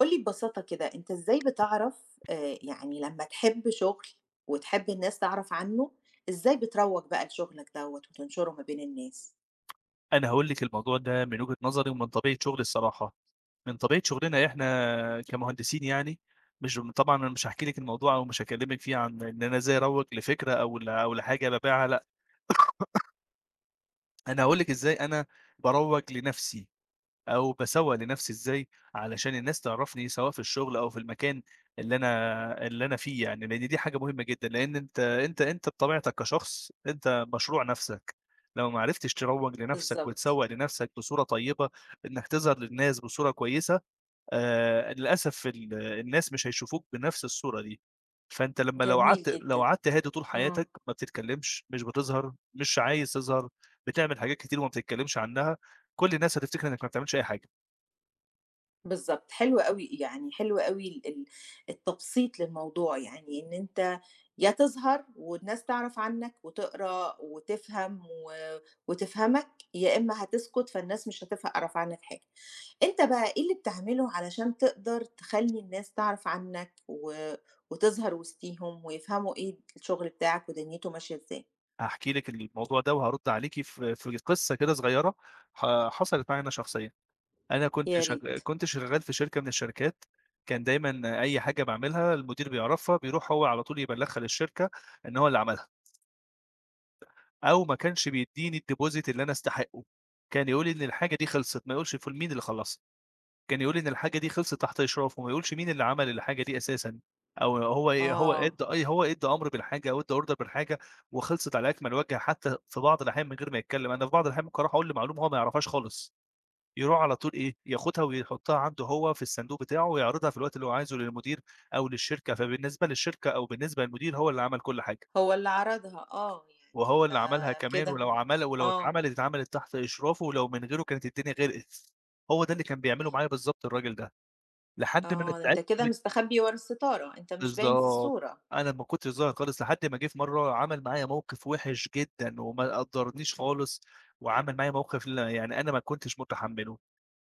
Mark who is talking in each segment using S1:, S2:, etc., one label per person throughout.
S1: قُل لي ببساطة كده، أنت إزاي بتعرف يعني لمّا تحب شغل وتحب الناس تعرف عنّه، إزاي بتروّج بقى لشغلك دوّة وتنشره ما بين الناس؟
S2: أنا هاقول لِك الموضوع ده من وجهة نظري ومن طبيعة شغلي الصراحة، من طبيعة شغلنا إحنا كمهندسين يعني، مش طبعًا أنا مش هاحكي لِك الموضوع أو مش هاكلمِك فيه عن إن أنا إزاي أروّج لفكرة أو لحاجة بابيعها لأ، أنا هاقول لِك إزاي أنا باروّج لنفسي. أو باسوّق لنَفْسي إزاي علشان الناس تعرفني سواء في الشغل أو في المكان اللي أنا فيه يعني، لإن دي حاجة مهمة جدًا، لإن أنت بطبيعتك كشخص أنت مشروع نَفْسك، لو ما عرفتش تروّج لنَفْسك
S1: بالضبط.
S2: وتسوّق لنَفْسك بصورة طيبة، إنك تظهر للناس بصورة كويسة، للأسف الناس مش هيشوفوك بنَفْس الصورة دي، فأنت لو
S1: جميل
S2: قعدت لو
S1: جدًا.
S2: قعدت هادي طول
S1: آه.
S2: حياتك ما بتتكلّمش، مش بتظهر، مش عايز تظهر، بتعمل حاجات كتير وما بتتكلّمش عنّها، كل الناس هتفتكر إنك ما بتعملش أي حاجة.
S1: بالضبط، حلو أوي، يعني حلو أوي ال ال التبسيط للموضوع، يعني إن أنت يا تظهر والناس تعرف عنّك وتقرا وتفهم وتفهمك، يا إمّا هتسكت فالناس مش هتفهرف عنّك حاجة. أنت بقى إيه اللي بتعمله علشان تقدر تخلّي الناس تعرف عنك وتظهر وسطيهم ويفهموا إيه الشغل بتاعك ودنيته ماشية إزاي؟
S2: هاحكي لِك الموضوع ده وهارُدّ عليكِ في قصة كده صغيّرة حصلت معايا أنا شخصيًا. أنا كنت
S1: يا
S2: شغ
S1: ريت.
S2: كنت شغّال في شركة من الشركات، كان دايمًا أي حاجة باعملها المدير بيعرفها، بيروح هو على طول يبلّغها للشركة إن هو اللي عملها، أو ما كانش بيدّيني الdeposit اللي أنا أستحقه، كان يقول لي إن الحاجة دي خلصت، ما يقولش مين اللي خلّصها. كان يقول لي إن الحاجة دي خلصت تحت إشرافه، ما يقولش مين اللي عمل الحاجة دي أساسًا، أو هو ي هو
S1: آه،
S2: أدّى أي هو أدّى أمر بالحاجة أو أدّى order بالحاجة وخلصت على أكمل وجه حتى في بعض الأحيان من غير ما يتكلم، أنا في بعض الأحيان ممكن أروح أقول له معلومة هو ما يعرفهاش خالص، يروح على طول إيه، ياخدها ويحطها عنده هو في الصندوق بتاعه ويعرضها في الوقت اللي هو عايزه للمدير أو للشركة، فبالنسبة للشركة أو بالنسبة للمدير هو اللي عمل كل حاجة،
S1: هو اللي عرضها، آه،
S2: وهو
S1: يعني ده
S2: اللي عملها كمان
S1: كده.
S2: ولو عمل ولو
S1: آه،
S2: اتعملت اتعملت تحت إشرافه ولو من غيره كانت الدنيا غرقت، هو ده اللي كان بيعمله معايا بالضبط الراجل ده. لحد ما أنا
S1: آه، ده أنت
S2: اتعبت
S1: كده
S2: من.
S1: مستخبي ورا الستارة، أنت مش باين في
S2: بالضبط،
S1: الصورة.
S2: أنا ما كنتش ظاهر خالص لحد ما جه في مرّة عمل معايا موقف وِحِش جدًا وما قدّرنيش خالص، وعمل معايا موقف لا يعني أنا ما كنتش متحمّله،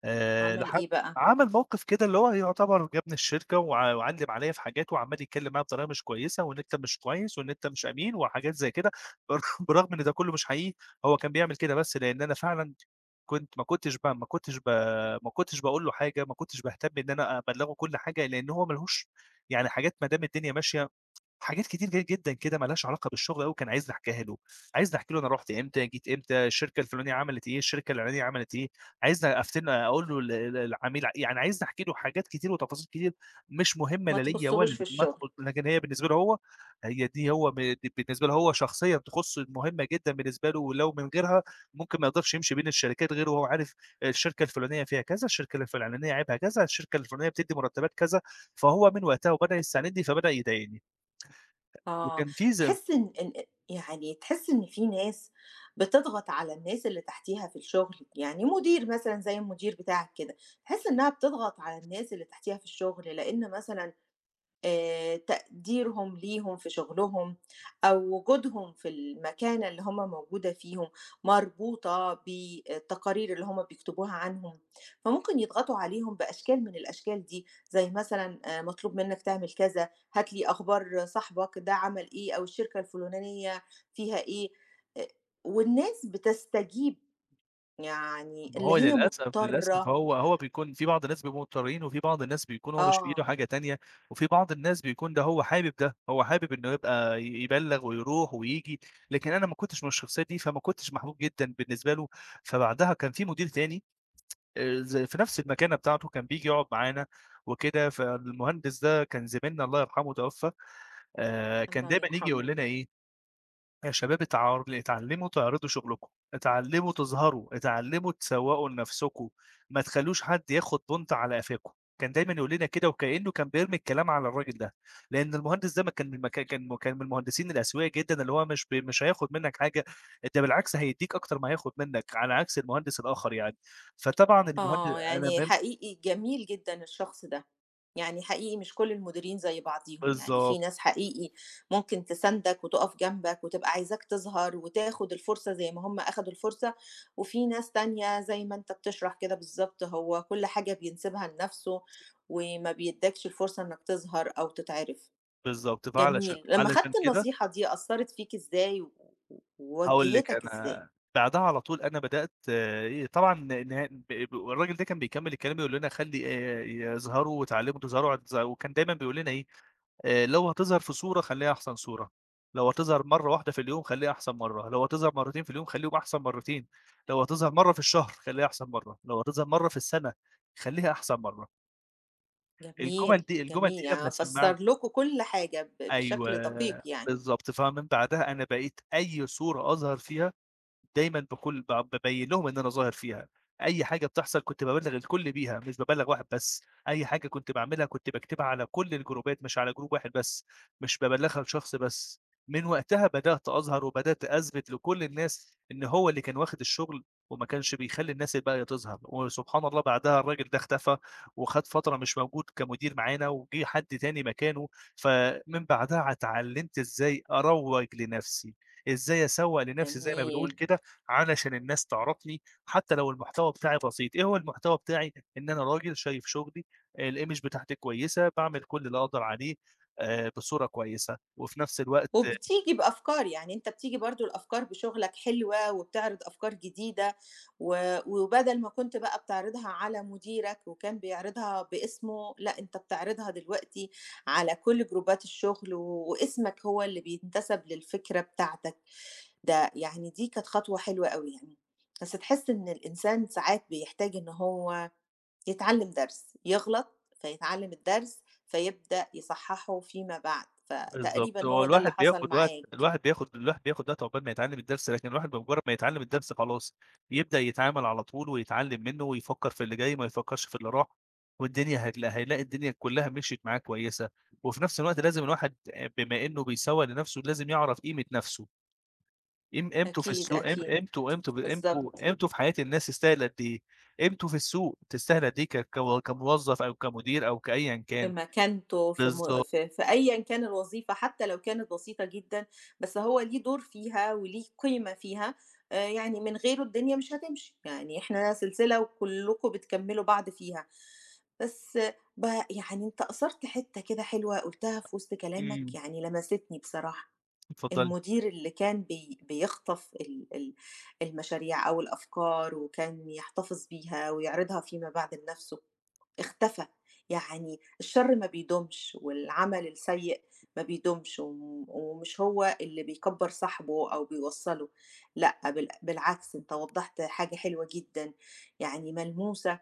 S1: عمل
S2: لحد
S1: إيه بقى؟
S2: عمل موقف كده اللي هو يعتبر جابني الشركة وعلّم عليّا في حاجات وعمّال يتكلّم معايا بطريقة مش كويسة وإن أنت مش كويس وإن أنت مش أمين وحاجات زي كده، برغم إن ده كلّه مش حقيقي، هو كان بيعمل كده بس لإن أنا فعلًا كنت ما كنتش ب ما كنتش ب ما كنتش باقول له حاجة، ما كنتش باهتم إن أنا أبلّغه كل حاجة، لإن هو ما لهوش يعني حاجات ما دام الدنيا ماشية حاجات كتير جدًا كده ما لهاش علاقة بالشغل أوي كان عايزني أحكيها له، عايزني أحكي له أنا رُحت إمتى، جيت إمتى، الشركة الفلانية عملت إيه، الشركة العلانية عملت إيه، عايزني أفتن أقول له يعني عايزني أحكي له حاجات كتير وتفاصيل كتير مش مهمة
S1: ما
S2: لا ليّا
S1: تخصّهوش
S2: ولا
S1: في الشغل.
S2: للمدخل، لكن هي بالنسبة له هو هي دي هو ب دي بالنسبة له هو شخصيًا تخصه مهمة جدًا بالنسبة له، ولو من غيرها ممكن ما يقدرش يمشي بين الشركات غير وهو عارف الشركة الفلانية فيها كذا، الشركة الفلانية عيبها كذا، الشركة الفلانية بتدّي مرتبات كذا، فهو من وقتها وبدأ يستعندني فبدأ يضايقني.
S1: آه.
S2: وكان في ز
S1: تحس إن إن أ يعني تحس إن في ناس بتضغط على الناس اللي تحتيها في الشغل، يعني مدير مثلًا زي المدير بتاعك كده، تحس إنها بتضغط على الناس اللي تحتيها في الشغل، لإن مثلًا تقديرهم ليهم في شغلهم أو وجودهم في المكانة اللي هُم موجودة فيهم مربوطة بالتقارير اللي هُم بيكتبوها عنهم، فممكن يضغطوا عليهم بأشكال من الأشكال دي، زي مثلًا مطلوب منّك تعمل كذا، هات لي أخبار صاحبك ده عمل إيه أو الشركة الفلانية فيها إيه. آآ والناس بتستجيب، يعني
S2: ما
S1: اللي
S2: هو
S1: هي
S2: للأسف، للأسف
S1: مضطرة.
S2: هو هو بيكون في بعض الناس بيبقوا مضطرين، وفي بعض الناس بيكون هو مش في إيده
S1: آه.
S2: حاجة تانية، وفي بعض الناس بيكون ده هو حابب ده، هو حابب إنه يبقى يبلّغ ويروح وييجي، لكن أنا ما كنتش من الشخصية دي، فما كنتش محبوب جدًا بالنسبة له، فبعدها كان في مدير تاني، ز في نفس المكانة بتاعته كان بييجي يقعد معانا وكده، فالمهندس ده كان زميلنا الله يرحمه توفى. كان
S1: الله
S2: دايمًا ييجي يقول
S1: يرحمه.
S2: لنا إيه، يا شباب اتعلموا تعرضوا شغلكم، اتعلموا تظهروا، اتعلموا تسوقوا لنفسكم، ما تخلّوش حد ياخد بونت على قفاكم، كان دايمًا يقول لنا كده وكإنه كان بيرمي الكلام على الراجل ده، لأن المهندس ده ما كان ما كان كان كان من المهندسين الأسوياء جدًا اللي هو مش هياخد منك حاجة، ده بالعكس هيدّيك أكتر ما هياخد منك، على عكس المهندس الآخر يعني، فطبعًا المهند
S1: آه،
S2: أنا
S1: يعني
S2: ب
S1: حقيقي جميل جدًا الشخص ده، يعني حقيقي مش كل المديرين زي بعضيهم، يعني
S2: بالضبط،
S1: في ناس حقيقي ممكن تساندك وتقف جنبك وتبقى عايزاك تظهر وتاخد الفرصة زي ما هم أخدوا الفرصة، وفي ناس تانية زي ما أنت بتشرح كده بالضبط، هو كل حاجة بينسبها لنفسه وما بيدّكش الفرصة إنك تظهر أو تتعرف.
S2: بالضبط، فعلشان
S1: جميل، لمّا
S2: علشان
S1: خدت
S2: كده
S1: النصيحة دي أثّرت فيك إزاي
S2: هاقول لِك.
S1: ووجّهتك إزاي؟
S2: أنا بعدها على طول أنا بدأت ي طبعًا نه ب ب الراجل ده كان بيكمّل الكلام يقول لنا خلّي يظهروا وتعلموا تظهروا وكان دايمًا بيقول لنا إيه، لو هتظهر في صورة خلّيها أحسن صورة، لو هتظهر مرّة واحدة في اليوم خلّيها أحسن مرّة، لو هتظهر مرّتين في اليوم خلّيهم أحسن مرّتين، لو هتظهر مرّة في الشهر خلّيها أحسن مرّة، لو هتظهر مرّة في السَنة خلّيها أحسن مرّة.
S1: جميل،
S2: الجُمل دي
S1: جميل،
S2: لمّا
S1: يعني
S2: سمّعها.
S1: فسّر لكم كل حاجة بشكل دقيق
S2: أيوه،
S1: يعني.
S2: بالضبط. فمن بعدها أنا بقيت أي صورة أظهر فيها دايمًا باكون ب بابين لهم إن أنا ظاهر فيها، أي حاجة بتحصل كنت بابلّغ الكل بيها، مش بابلّغ واحد بس، أي حاجة كنت باعملها كنت باكتبها على كل الجروبات مش على جروب واحد بس، مش بابلّغها لشخص بس، من وقتها بدأت أظهر وبدأت أثبت لكل الناس إن هو اللي كان واخد الشغل وما كانش بيخلّي الناس الباقية تظهر، وسبحان الله بعدها الراجل ده اختفى وخد فترة مش موجود كمدير معانا وجه حد تاني مكانه، فمن بعدها اتعلمت إزاي أروّج لنفسي، إزاي أسوّق لنفسي زي ما بنقول
S1: جميل،
S2: كده علشان الناس تعرفني حتى لو المحتوى بتاعي بسيط. إيه هو المحتوى بتاعي؟ إن أنا راجل شايف شغلي، الimage بتاعتي كويسة، باعمل كل اللي أقدر عليه بصورة كويسة، وفي نفس الوقت.
S1: وبتيجي بأفكار، يعني أنت بتيجي برضه الأفكار بشغلك حلوة وبتعرض أفكار جديدة وبدل ما كنت بقى بتعرضها على مديرك وكان بيعرضها باسمه، لأ أنت بتعرضها دلوقتي على كل جروبات الشغل واسمك هو اللي بينتسب للفكرة بتاعتك، ده يعني دي كانت خطوة حلوة أوي يعني، بس تحس إن الإنسان ساعات بيحتاج إن هو يتعلم درس، يغلط فيتعلم الدرس، فيبدأ يصحّحه فيما بعد،
S2: بالضبط،
S1: فتقريبًا
S2: هو
S1: هو ده اللي
S2: الواحد
S1: حصل
S2: بياخد وقت
S1: معاك.
S2: عقبال ما يتعلم الدرس، لكن الواحد بمجرد ما يتعلم الدرس خلاص، يبدأ يتعامل على طول ويتعلم منه ويفكر في اللي جاي، ما يفكرش في اللي راح، والدنيا هيلاقي الدنيا كلها مشيت معاه كويسة، وفي نفس الوقت لازم الواحد، بما إنه بيسوّق لنفسه لازم يعرف قيمة نفسه.
S1: أكيد، أكيد،
S2: قيمته ب قيمته
S1: بالضبط.
S2: قيمته في حياة الناس تستاهل قد إيه، قيمته في السوق تستاهل قد إيه ك كو كموظف أو كمدير أو كأيًا
S1: في
S2: كان.
S1: مكانته، في م
S2: بالضبط،
S1: في في أيًا كان الوظيفة حتى لو كانت بسيطة جدًا، بس هو ليه دور فيها وليه قيمة فيها، يعني من غيره الدنيا مش هتمشي، يعني إحنا سلسلة وكلّكم بتكمّلوا بعض فيها. بس ب يعني أنت أثرت حتّة كده حلوة قُلتها في وسط كلامك
S2: إمم،
S1: يعني لمستني بصراحة،
S2: اتفضلي.
S1: المدير اللي كان بيخطف ال ال المشاريع أو الأفكار وكان يحتفظ بيها ويعرضها فيما بعد لنفسه، اختفى، يعني الشر ما بيدومش والعمل السيء ما بيدومش ومش هو اللي بيكبّر صاحبه أو بيوصّله، لأ بالعكس أنت وضّحت حاجة حلوة جدًا، يعني ملموسة،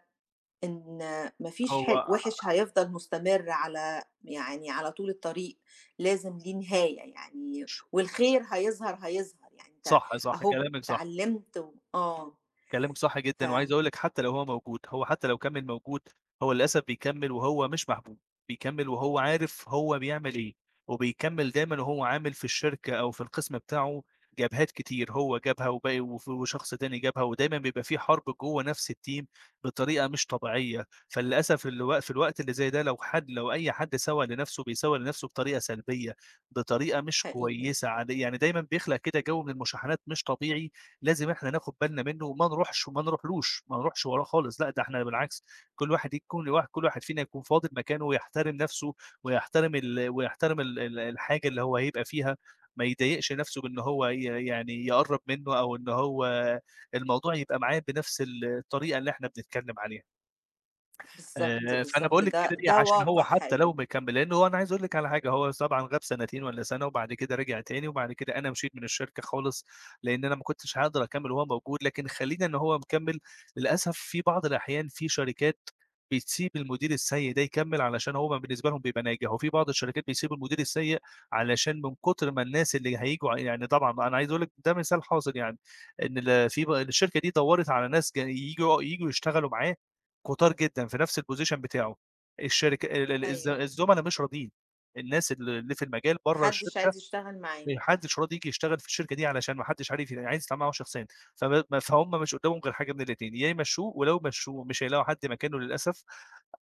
S1: إن ما فيش
S2: هو
S1: حل وِحِش
S2: ح-
S1: هيفضل مستمر على يعني على طول الطريق، لازم ليه نهاية يعني والخير هيظهر، هيظهر، يعني أنت
S2: صح، صح،
S1: أهو
S2: كلامِك صح.
S1: اتعلّمت و آه،
S2: كلامِك صح
S1: ف
S2: جدًا، وعايز أقول لِك حتى لو هو موجود، هو حتى لو كمّل موجود، هو للأسف بيكمّل وهو مش محبوب، بيكمّل وهو عارف هو بيعمل إيه، وبيكمّل دايمًا وهو عامل في الشركة أو في القسم بتاعه جبهات كتير، هو جابها وباقي وشخص تاني جابها، ودايمًا بيبقى في حرب جوّه نفس الteam بطريقة مش طبيعية، فللأسف في الوقت اللي زي ده لو أي حد سَوَى لنفسه بيسَوَى لنفسه بطريقة سلبية، بطريقة مش
S1: حقيقي.
S2: كويسة عاد يعني دايمًا بيخلق كده جو من المشاحنات مش طبيعي، لازم إحنا ناخد بالنا منّه وما نروحش وما نروحلوش، ما نروحش وراه خالص لأ، ده إحنا بالعكس كل واحد فينا يكون فاضل مكانه ويحترم نَفْسه ويحترم ال ويحترم ال ال الحاجة اللي هو هيبقى فيها، ما يضايقش نَفْسه بإن هو يعني يقرّب منّه أو إن هو الموضوع يبقى معاه بنَفْس الطريقة اللي إحنا بنتكلّم عليها.
S1: بالضبط،
S2: فأنا
S1: بالضبط،
S2: باقول لِك
S1: ده
S2: كده ليه،
S1: ده
S2: عشان هو
S1: واقع
S2: حتى
S1: حقيقي.
S2: لو ما كمّل لإن هو أنا عايز أقول لِك على حاجة، هو طبعًا غاب سنتين والّا سَنة وبعد كده رجع تاني، وبعد كده أنا مشيت من الشركة خالص، لإن أنا ما كنتش هاقدر أكمّل وهو موجود، لكن خلّينا إن هو مكمّل، للأسف في بعض الأحيان في شركات بتسيب المدير السيء ده يكمّل علشان هو بالنسبة لهم بيبقى ناجح، وفي بعض الشركات بيسيبوا المدير السيء علشان من كتر ما الناس اللي هييجوا يعني طبعًا أنا عايز أقول لك ده مثال حاصل يعني، إن ال في ب الشركة دي دوّرت على ناس ج ييجوا ييجوا يشتغلوا معاه كتار جدًا في نفس الposition بتاعه. الشركة ال ال الز
S1: أيوه.
S2: الزملا مش راضيين، الناس اللي في المجال
S1: ما
S2: برّه
S1: حدش
S2: الشركة
S1: عايز يشتغل معاه.
S2: ما حدش راضي ييجي يشتغل في الشركة دي علشان ما حدش عارف ي عايز يتعامل معاهم شخصيًا، فما ما فهُم مش قدّامهم غير حاجة من الاتنين، يا يمشّوه ولو مشّوه مش هيلاقوا حد مكانه للأسف.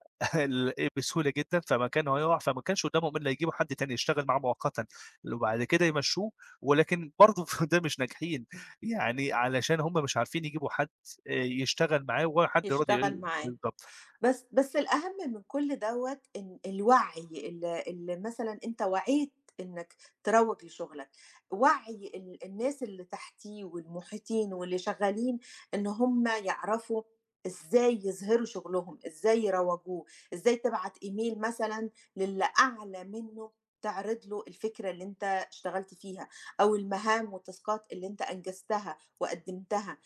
S2: إيه، بسهولة جدًا، فمكانه هيُقع، فما كانش قدّامهم إلا يجيبوا حد تاني يشتغل معاه مؤقتًا، وبعد كده يمشّوه ولكن برضه في ده مش ناجحين، يعني علشان هُم مش عارفين يجيبوا حد يشتغل معاه ولا حد راضي
S1: يشتغل معاه.
S2: بالضبط.
S1: بس بس الأهم من كل دوّة إن الوعي ال ال مثلًا أنت وعيت إنك تروّج لشغلك، وعي الناس اللي تحتيه والمحيطين واللي شغّالين إن هم يعرفوا إزاي يظهروا شغلهم، إزاي يروّجوه، إزاي تبعت email مثلًا للي أعلى منّه تعرض له الفكرة اللي أنت اشتغلت فيها أو المهام والتاسكات اللي أنت أنجزتها وقدّمتها،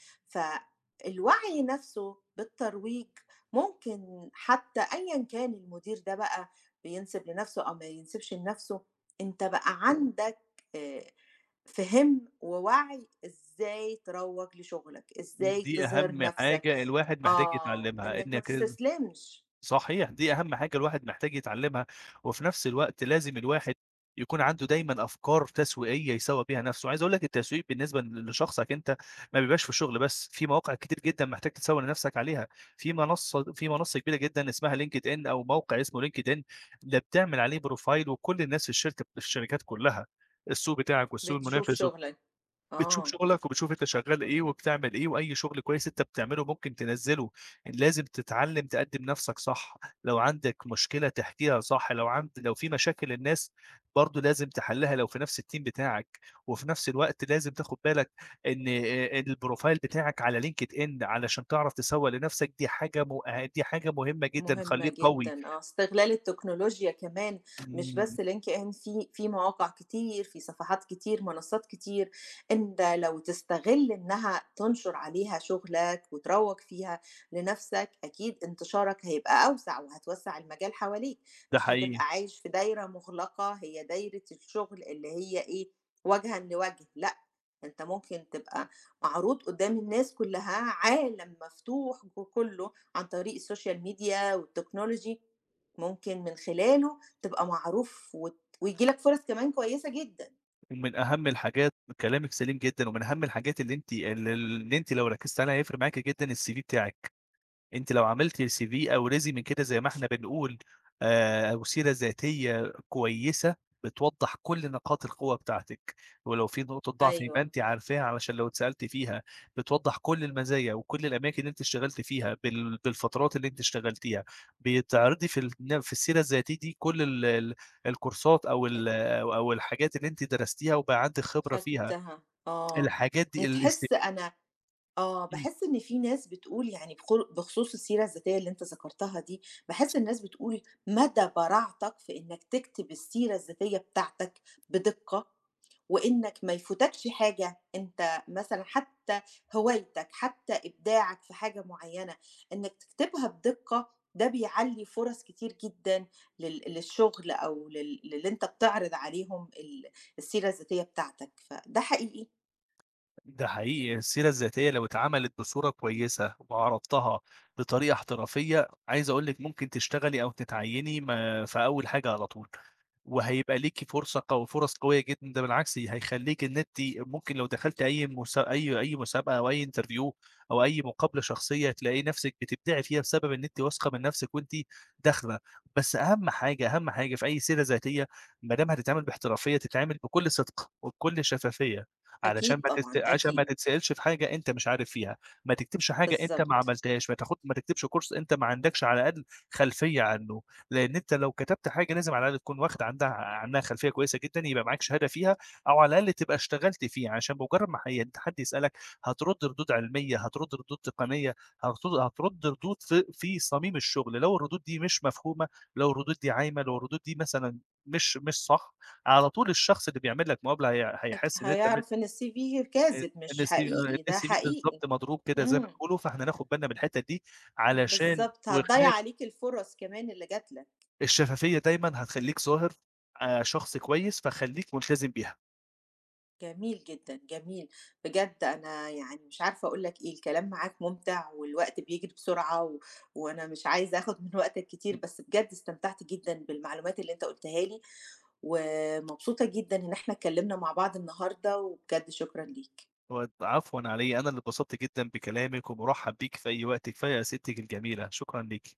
S1: فالوعي نَفْسه بالترويج ممكن حتى أيًا كان المدير ده بقى بينسب لنفسه أو ما ينسبش لنفسه، أنت بقى عندك آآ فِهِم ووَعي إزاي تروّج لشغلك، إزاي
S2: دي
S1: تظهر
S2: أهم
S1: نفسك.
S2: حاجة الواحد محتاج
S1: آه،
S2: يتعلمها،
S1: إنك ما
S2: إنك إز
S1: تستسلمش.
S2: صحيح، دي أهم حاجة الواحد محتاج يتعلمها، وفي نفس الوقت لازم الواحد يكون عنده دايمًا أفكار تسويقية يسوّق بيها نفسه، عايز أقول لك التسويق بالنسبة لشخصك أنت ما بيبقاش في الشغل بس، في مواقع كتير جدًا محتاج تسوّق لنفسك عليها، في منصة كبيرة جدًا اسمها LinkedIn أو موقع اسمه LinkedIn ده بتعمل عليه بروفايل وكل الناس في الشركات كلها، السوق بتاعك والسوق
S1: بتشوف
S2: المنافس
S1: شغلك.
S2: بتشوف
S1: آه.
S2: شغلك وبتشوف أنت شغّال
S1: آه.
S2: إيه وبتعمل إيه، وأي شغل كويس أنت بتعمله ممكن تنزّله، لازم تتعلّم تقدّم نَفْسك صح، لو عندك مشكلة تحكيها صح، لو في مشاكل الناس برضه لازم تحلّها لو في نَفْس الteam بتاعك، وفي نَفْس الوقت لازم تاخُد بالك إن الprofile بتاعك على LinkedIn علشان تعرف تسوّق لنَفْسك دي حاجة مهمة جدًا،
S1: مهمة
S2: خلّيك قوي.
S1: جدًا آه، استغلال التكنولوجيا كمان مش
S2: إمم،
S1: بس LinkedIn، في في مواقع كتير، في صفحات كتير، منصات كتير، أنت لو تستغل إنها تنشر عليها شغلك وتروّج فيها لنَفْسك، أكيد انتشارك هيبقى أوسع وهتوسّع المجال حواليك،
S2: ده
S1: مش
S2: حقيقي.
S1: هتبقى عايش في دايرة مُغلقة هي دايرة الشغل اللي هي إيه، وجهًا لوجه، لأ، أنت ممكن تبقى معروض قدّام الناس كُلّها، عالم مفتوح كُلّه عن طريق السوشيال ميديا والتكنولوجي، ممكن من خلاله تبقى معروف وييجي لك فرص كمان كويسة جدًا.
S2: ومن أهم الحاجات. كلامِك سليم جدًا، ومن أهم الحاجات اللي أنتِ لو ركّزتِ عليها هيفرق معاكِ جدًا الCV بتاعِك. أنتِ لو عملتِ CV أو resume كده زي ما إحنا بنقول، أو سيرة ذاتية كويسة، بتوضّح كل نقاط القوة بتاعتك، ولو في نقطة ضعف يبقى
S1: أيوه،
S2: أنتِ عارفاها علشان لو اتسألتِ فيها، بتوضّح كل المزايا وكل الأماكن اللي أنتِ اشتغلتِ فيها بالفترات اللي أنتِ اشتغلتيها، بتعرضي في السيرة الذاتية دي كل ال ال الكورسات أو
S1: ال
S2: ال أو أو الحاجات اللي أنتِ درستيها وبقى عندِك خبرة فيها،
S1: خدتها، آه.
S2: الحاجات دي الاست
S1: بتحس أنا آه، باحس إن في ناس بتقول يعني بخصوص السيرة الذاتية اللي أنت ذكرتها دي، باحس الناس بتقول مدى براعتك في إنك تكتب السيرة الذاتية بتاعتك بدقة وإنك ما يفوتكش حاجة أنت مثلًا حتى هوايتك، حتى إبداعك في حاجة معيّنة، إنك تكتبها بدقة ده بيعلّي فرص كتير جدًا للشغل أو للي أنت بتعرض عليهم السيرة الذاتية بتاعتك، فده حقيقي.
S2: ده حقيقي، السيرة الذاتية لو اتعملت بصورة كويسة وعرضتها بطريقة احترافية عايز اقول لك ممكن تشتغلي او تتعيني ما في اول حاجة على طول وهيبقى ليكي فرص قوية جدا، ده بالعكس هيخليك ان انت ممكن لو دخلت اي مسابقة او اي انترفيو او اي مقابلة شخصية تلاقي نفسك بتبدعي فيها بسبب ان انت واثقة من نفسك وانت داخلة. بس اهم حاجة في اي سيرة ذاتية ما دام هتتعمل باحترافية تتعمل بكل صدق وبكل شفافية علشان
S1: أكيد
S2: ما تست
S1: طبعًا،
S2: عشان ما
S1: أكيد.
S2: تتسألش في حاجة أنت مش عارف فيها، ما تكتبش حاجة أنت ما
S1: بالضبط،
S2: عملتهاش، ما تكتبش كورس أنت ما عندكش على الأقل خلفية عنه، لإن أنت لو كتبت حاجة لازم على الأقل تكون واخد عنها خلفية كويسة جدًا، يبقى معاك شهادة فيها أو على الأقل تبقى اشتغلت فيه، عشان بمجرد ما حد يسألك هترد ردود علمية، هترد ردود تقنية، هترد ردود في صميم الشغل، لو الردود دي مش مفهومة، لو الردود دي عايمة، لو الردود دي مثلًا مش صح، على طول الشخص اللي بيعمل لك مقابلة هي هيحس إن أنت م
S1: هيعرف إن الCV
S2: آآ
S1: كاذب مش
S2: الSV آه،
S1: حقيقي، ده
S2: الSV
S1: حقيقي.
S2: بالضبط مضروب كده زي ما
S1: إمم.
S2: بيقولوا، فإحنا ناخد بالنا من الحتّة دي علشان
S1: بالضبط، هتضيّع
S2: وخناق
S1: عليك الفرص كمان اللي جات لك.
S2: الشفافية دايمًا هتخلّيك ظاهر، شخص كويس، فخلّيك ملتزم بيها.
S1: جميل جدًا، جميل. بجد أنا يعني مش عارفة أقول لك إيه، الكلام معاك ممتع والوقت بيجري بسرعة وأنا مش عايزة آخُد من وقتك كتير، بس بجد استمتعت جدًا بالمعلومات اللي أنت قُلتها لي، ومبسوطة جدًا إن إحنا اتكلّمنا مع بعض النهارده، وبجد شكرًا ليك.
S2: عفوًا على إيه، أنا اللي اتبسطت جدًا بكلامِك ومُرحّب بيكِ في أي وقت، كفاية أسئلتِك الجميلة، شكرًا ليكِ.